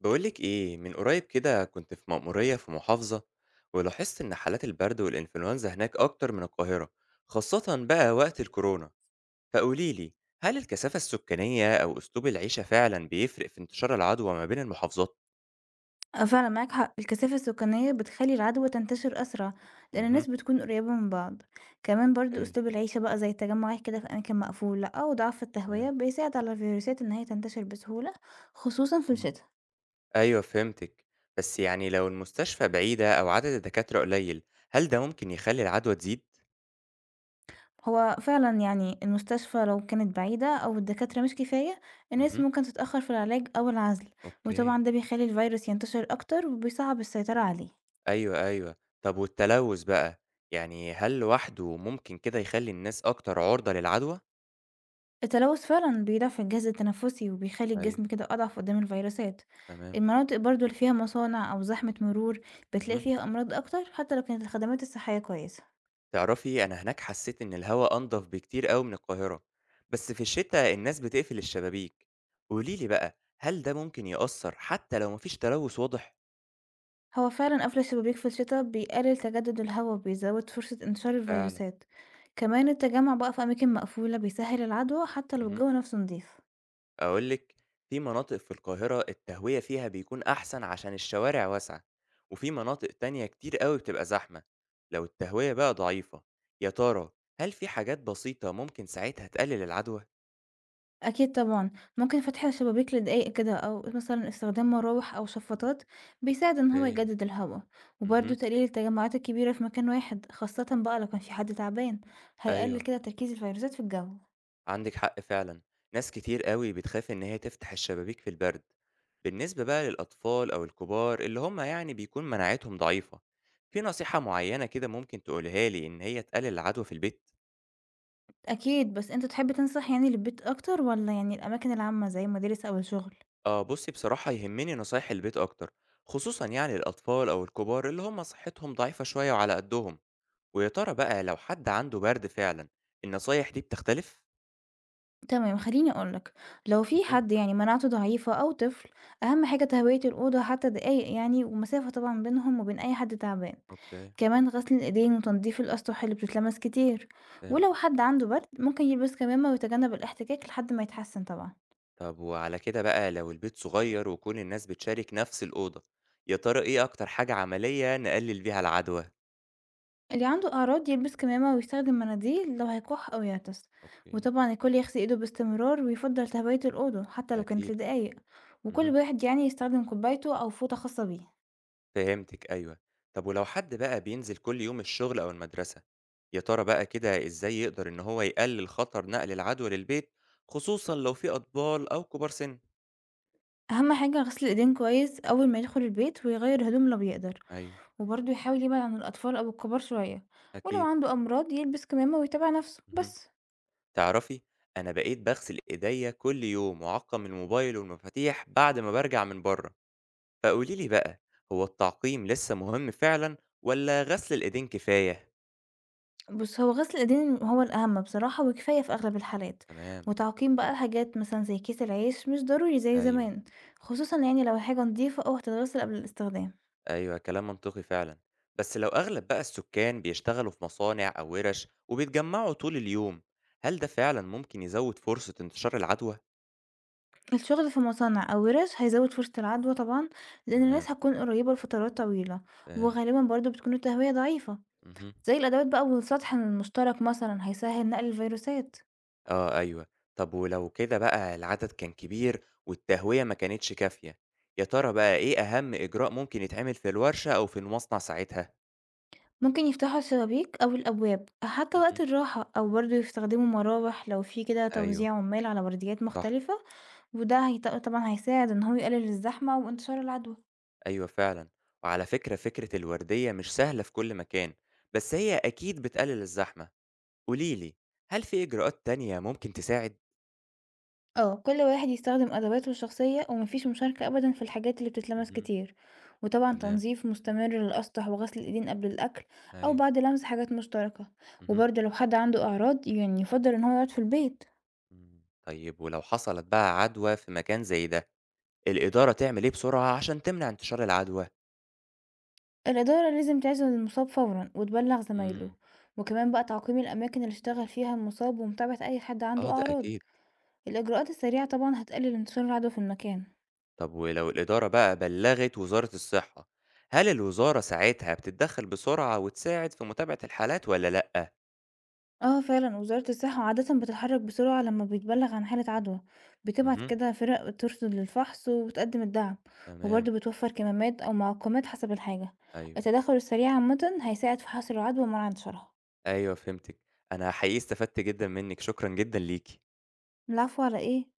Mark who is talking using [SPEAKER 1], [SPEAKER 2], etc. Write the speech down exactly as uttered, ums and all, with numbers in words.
[SPEAKER 1] بقولك إيه، من قريب كده كنت في مأمورية في محافظة، ولاحظت إن حالات البرد والإنفلونزا هناك أكتر من القاهرة، خاصة بقى وقت الكورونا. فقوليلي، هل الكثافة السكانية أو أسلوب العيشة فعلا بيفرق في انتشار العدوى ما بين المحافظات؟
[SPEAKER 2] آه، فعلًا معاك حق، الكثافة السكانية بتخلّي العدوى تنتشر أسرع، لأن
[SPEAKER 1] اها،
[SPEAKER 2] الناس بتكون قريبة من بعض، كمان برضه
[SPEAKER 1] أوكي،
[SPEAKER 2] أسلوب العيشة بقى زي التجمعات كده في أماكن مقفولة أو ضعف
[SPEAKER 1] تمام،
[SPEAKER 2] التهوية بيساعد على الفيروسات إن هي تنتشر بسهولة، خصوصًا في
[SPEAKER 1] مم.
[SPEAKER 2] الشتا.
[SPEAKER 1] أيوه فهمتك. بس يعني لو المستشفى بعيدة أو عدد الدكاترة قليل، هل ده ممكن يخلي العدوى تزيد؟
[SPEAKER 2] هو فعلًا يعني المستشفى لو كانت بعيدة أو الدكاترة مش كفاية، الناس
[SPEAKER 1] اها،
[SPEAKER 2] ممكن تتأخر في العلاج أو العزل،
[SPEAKER 1] أوكي،
[SPEAKER 2] وطبعًا ده بيخلّي الفيروس ينتشر أكتر وبيصعب السيطرة عليه.
[SPEAKER 1] أيوه، أيوه. طب والتلوث بقى، يعني هل لوحده ممكن كده يخلّي الناس أكتر عُرضة للعدوى؟
[SPEAKER 2] التلوث فعلًا بيضعف الجهاز التنفسي، وبيخلّي
[SPEAKER 1] أيوه،
[SPEAKER 2] الجسم كده أضعف قدام الفيروسات،
[SPEAKER 1] تمام،
[SPEAKER 2] المناطق برضه اللي فيها مصانع أو زحمة مرور بتلاقي
[SPEAKER 1] اهم.
[SPEAKER 2] فيها أمراض أكتر حتى لو كانت الخدمات الصحية كويسة.
[SPEAKER 1] تعرفي أنا هناك حسّيت إن الهوا أنضف بكتير أوي من القاهرة، بس في الشتا الناس بتقفل الشبابيك. قولي لي بقى، هل ده ممكن يأثّر حتى لو ما فيش تلوث واضح؟
[SPEAKER 2] هو فعلًا قفل الشبابيك في الشتا بيقلل تجدد الهوا وبيزود فرصة انتشار
[SPEAKER 1] فعلًا،
[SPEAKER 2] الفيروسات، كمان التجمع بقى في أماكن مقفولة بيسهل العدوى حتى لو
[SPEAKER 1] اهم.
[SPEAKER 2] الجو نفسه نضيف.
[SPEAKER 1] أقول لِك، في مناطق في القاهرة التهوية فيها بيكون أحسن عشان الشوارع واسعة، وفي مناطق تانية كتير أوي بتبقى زحمة. لو التهوية بقى ضعيفة، يا ترى هل في حاجات بسيطة ممكن ساعتها تقلل العدوى؟
[SPEAKER 2] أكيد طبعًا، ممكن فتح الشبابيك لدقايق كده أو مثلًا استخدام مراوح أو شفاطات بيساعد إن هو
[SPEAKER 1] اوكي،
[SPEAKER 2] يجدد الهوا، وبرضه
[SPEAKER 1] اهم.
[SPEAKER 2] تقليل التجمعات الكبيرة في مكان واحد، خاصةً بقى لو كان في حد تعبان، هيقلل
[SPEAKER 1] أيوه،
[SPEAKER 2] كده تركيز الفيروسات في الجو.
[SPEAKER 1] عندِك حق فعلًا، ناس كتير أوي بتخاف إن هي تفتح الشبابيك في البرد. بالنسبة بقى للأطفال أو الكبار اللي هم يعني بيكون مناعتهم ضعيفة، في نصيحة معينة كده ممكن تقولها لي إن هي تقلل العدوى في البيت؟
[SPEAKER 2] أكيد، بس أنت تحب تنصح يعني للبيت أكتر والّا يعني الأماكن العامة زي المدارس أو الشغل؟
[SPEAKER 1] آه بُصّي، بصراحة يهمّني نصايح البيت أكتر، خصوصًا يعني الأطفال أو الكبار اللي هم صحتهم ضعيفة شوية وعلى قدّهم. ويا ترى بقى، لو حد عنده برد فعلًا، النصايح دي بتختلف؟
[SPEAKER 2] تمام، خليني أقول لك، لو في
[SPEAKER 1] اهم،
[SPEAKER 2] حد يعني مناعته ضعيفة أو طفل، أهم حاجة تهوية الأوضة حتى دقايق يعني ومسافة طبعًا بينهم وبين أي حد تعبان.
[SPEAKER 1] أوكي،
[SPEAKER 2] كمان غسل الإيدين وتنضيف الأسطح اللي بتتلمس كتير،
[SPEAKER 1] فهمت.
[SPEAKER 2] ولو حد عنده برد ممكن يلبس كمامة ويتجنب الاحتكاك لحد ما يتحسن طبعا.
[SPEAKER 1] طب وعلى كده بقى، لو البيت صغير وكل الناس بتشارك نفس الأوضة، يا ترى إيه أكتر حاجة عملية نقلل بيها العدوى؟
[SPEAKER 2] اللي عنده أعراض يلبس كمامة ويستخدم مناديل لو هيكح أو يعطس،
[SPEAKER 1] أوكي.
[SPEAKER 2] وطبعا الكل يغسل إيده باستمرار ويفضل تهوية الأوضة حتى لو كانت
[SPEAKER 1] أكيد.
[SPEAKER 2] لدقايق، وكل
[SPEAKER 1] اهم.
[SPEAKER 2] واحد يعني يستخدم كوبايته أو فوطة خاصة بيه.
[SPEAKER 1] فهمتِك أيوه. طب ولو حد بقى بينزل كل يوم الشغل أو المدرسة، يا ترى بقى كده إزاي يقدر إن هو يقلل خطر نقل العدوى للبيت، خصوصًا لو في أطفال أو كبار سن؟
[SPEAKER 2] أهم حاجة غسل الإيدين كويس أول ما يدخل البيت ويغير هدوم لو بيقدر،
[SPEAKER 1] أيوه،
[SPEAKER 2] وبرضه يحاول يبعد عن الأطفال أو الكبار شوية، ولو
[SPEAKER 1] أكيد.
[SPEAKER 2] عنده أمراض يلبس كمامة ويتابع نفسه
[SPEAKER 1] اهم.
[SPEAKER 2] بس.
[SPEAKER 1] تعرفي، أنا بقيت باغسل إيديّا كل يوم وأعقّم الموبايل والمفاتيح بعد ما بارجع من برّه. فقولي لي بقى، هو التعقيم لسه مهم فعلًا والّا غسل الإيدين كفاية؟
[SPEAKER 2] بُص، هو غسل الإيدين هو الأهم بصراحة وكفاية في أغلب الحالات،
[SPEAKER 1] تمام،
[SPEAKER 2] وتعقيم بقى حاجات مثلًا زي كيس العيش مش ضروري زي
[SPEAKER 1] أيوه.
[SPEAKER 2] زمان، خصوصًا يعني لو الحاجة نضيفة أو هتتغسل قبل الاستخدام.
[SPEAKER 1] أيوه، كلام منطقي فعلًا. بس لو أغلب بقى السكان بيشتغلوا في مصانع أو ورش وبيتجمعوا طول اليوم، هل ده فعلًا ممكن يزود فرصة انتشار العدوى؟
[SPEAKER 2] الشغل في مصانع أو ورش هيزود فرصة العدوى طبعًا، لأن
[SPEAKER 1] تمام،
[SPEAKER 2] الناس هتكون قريبة لفترات طويلة،
[SPEAKER 1] فهمت،
[SPEAKER 2] وغالبًا برضه بتكون التهوية ضعيفة،
[SPEAKER 1] اهم،
[SPEAKER 2] زي الأدوات بقى والسطح المشترك مثلًا هيسهل نقل الفيروسات.
[SPEAKER 1] آه أيوه. طب ولو كده بقى، العدد كان كبير والتهوية ما كانتش كافية، يا ترى بقى إيه أهم إجراء ممكن يتعمل في الورشة أو في المصنع ساعتها؟
[SPEAKER 2] ممكن يفتحوا الشبابيك أو الأبواب حتى
[SPEAKER 1] اهم،
[SPEAKER 2] وقت الراحة، أو برضه يستخدموا مراوح لو في كده
[SPEAKER 1] أيوه،
[SPEAKER 2] توزيع عمال على بلديات
[SPEAKER 1] صح،
[SPEAKER 2] مختلفة، وده هيط طبعًا هيساعد إن هو يقلل الزحمة وانتشار العدوى.
[SPEAKER 1] أيوه فعلًا. وعلى فكرة فكرة الوردية مش سهلة في كل مكان، بس هي أكيد بتقلل الزحمة. قولي لي، هل في إجراءات تانية ممكن تساعد؟
[SPEAKER 2] اه، كل واحد يستخدم أدواته الشخصية ومفيش مشاركة أبدا في الحاجات اللي بتتلمس
[SPEAKER 1] اهم،
[SPEAKER 2] كتير، وطبعا
[SPEAKER 1] تمام،
[SPEAKER 2] تنظيف مستمر للأسطح وغسل الإيدين قبل الأكل أو
[SPEAKER 1] أيوه،
[SPEAKER 2] بعد لمس حاجات مشتركة،
[SPEAKER 1] اهم،
[SPEAKER 2] وبرضه لو حد عنده أعراض يعني يفضل إن هو يقعد في البيت.
[SPEAKER 1] إمم. طيب ولو حصلت بقى عدوى في مكان زي ده، الإدارة تعمل إيه بسرعة عشان تمنع انتشار العدوى؟
[SPEAKER 2] الإدارة لازم تعزل المصاب فورا وتبلغ زمايله،
[SPEAKER 1] إمم.
[SPEAKER 2] وكمان بقى تعقيم الأماكن اللي اشتغل فيها المصاب ومتابعة أي حد
[SPEAKER 1] آه،
[SPEAKER 2] عنده
[SPEAKER 1] ده
[SPEAKER 2] أعراض.
[SPEAKER 1] أكيد.
[SPEAKER 2] الإجراءات السريعة طبعا هتقلل انتشار العدوى في المكان.
[SPEAKER 1] طب ولو الإدارة بقى بلغت وزارة الصحة، هل الوزارة ساعتها بتتدخل بسرعة وتساعد في متابعة الحالات والّا لأ؟
[SPEAKER 2] آه فعلًا، وزارة الصحة عادةً بتتحرك بسرعة لمّا بيتبلغ عن حالة عدوى، بتبعت
[SPEAKER 1] اهم،
[SPEAKER 2] كده فرق ترصد للفحص وبتقدم الدعم،
[SPEAKER 1] تمام،
[SPEAKER 2] وبرضه بتوفر كمامات أو معقمات حسب الحاجة.
[SPEAKER 1] أيوه.
[SPEAKER 2] التدخل السريع عامةً هيساعد في حصر العدوى ومنع انتشارها.
[SPEAKER 1] أيوه، فهمتِك. أنا حقيقي استفدت جدًا منِّك، شكرًا جدًا ليكِ.
[SPEAKER 2] العفو على إيه؟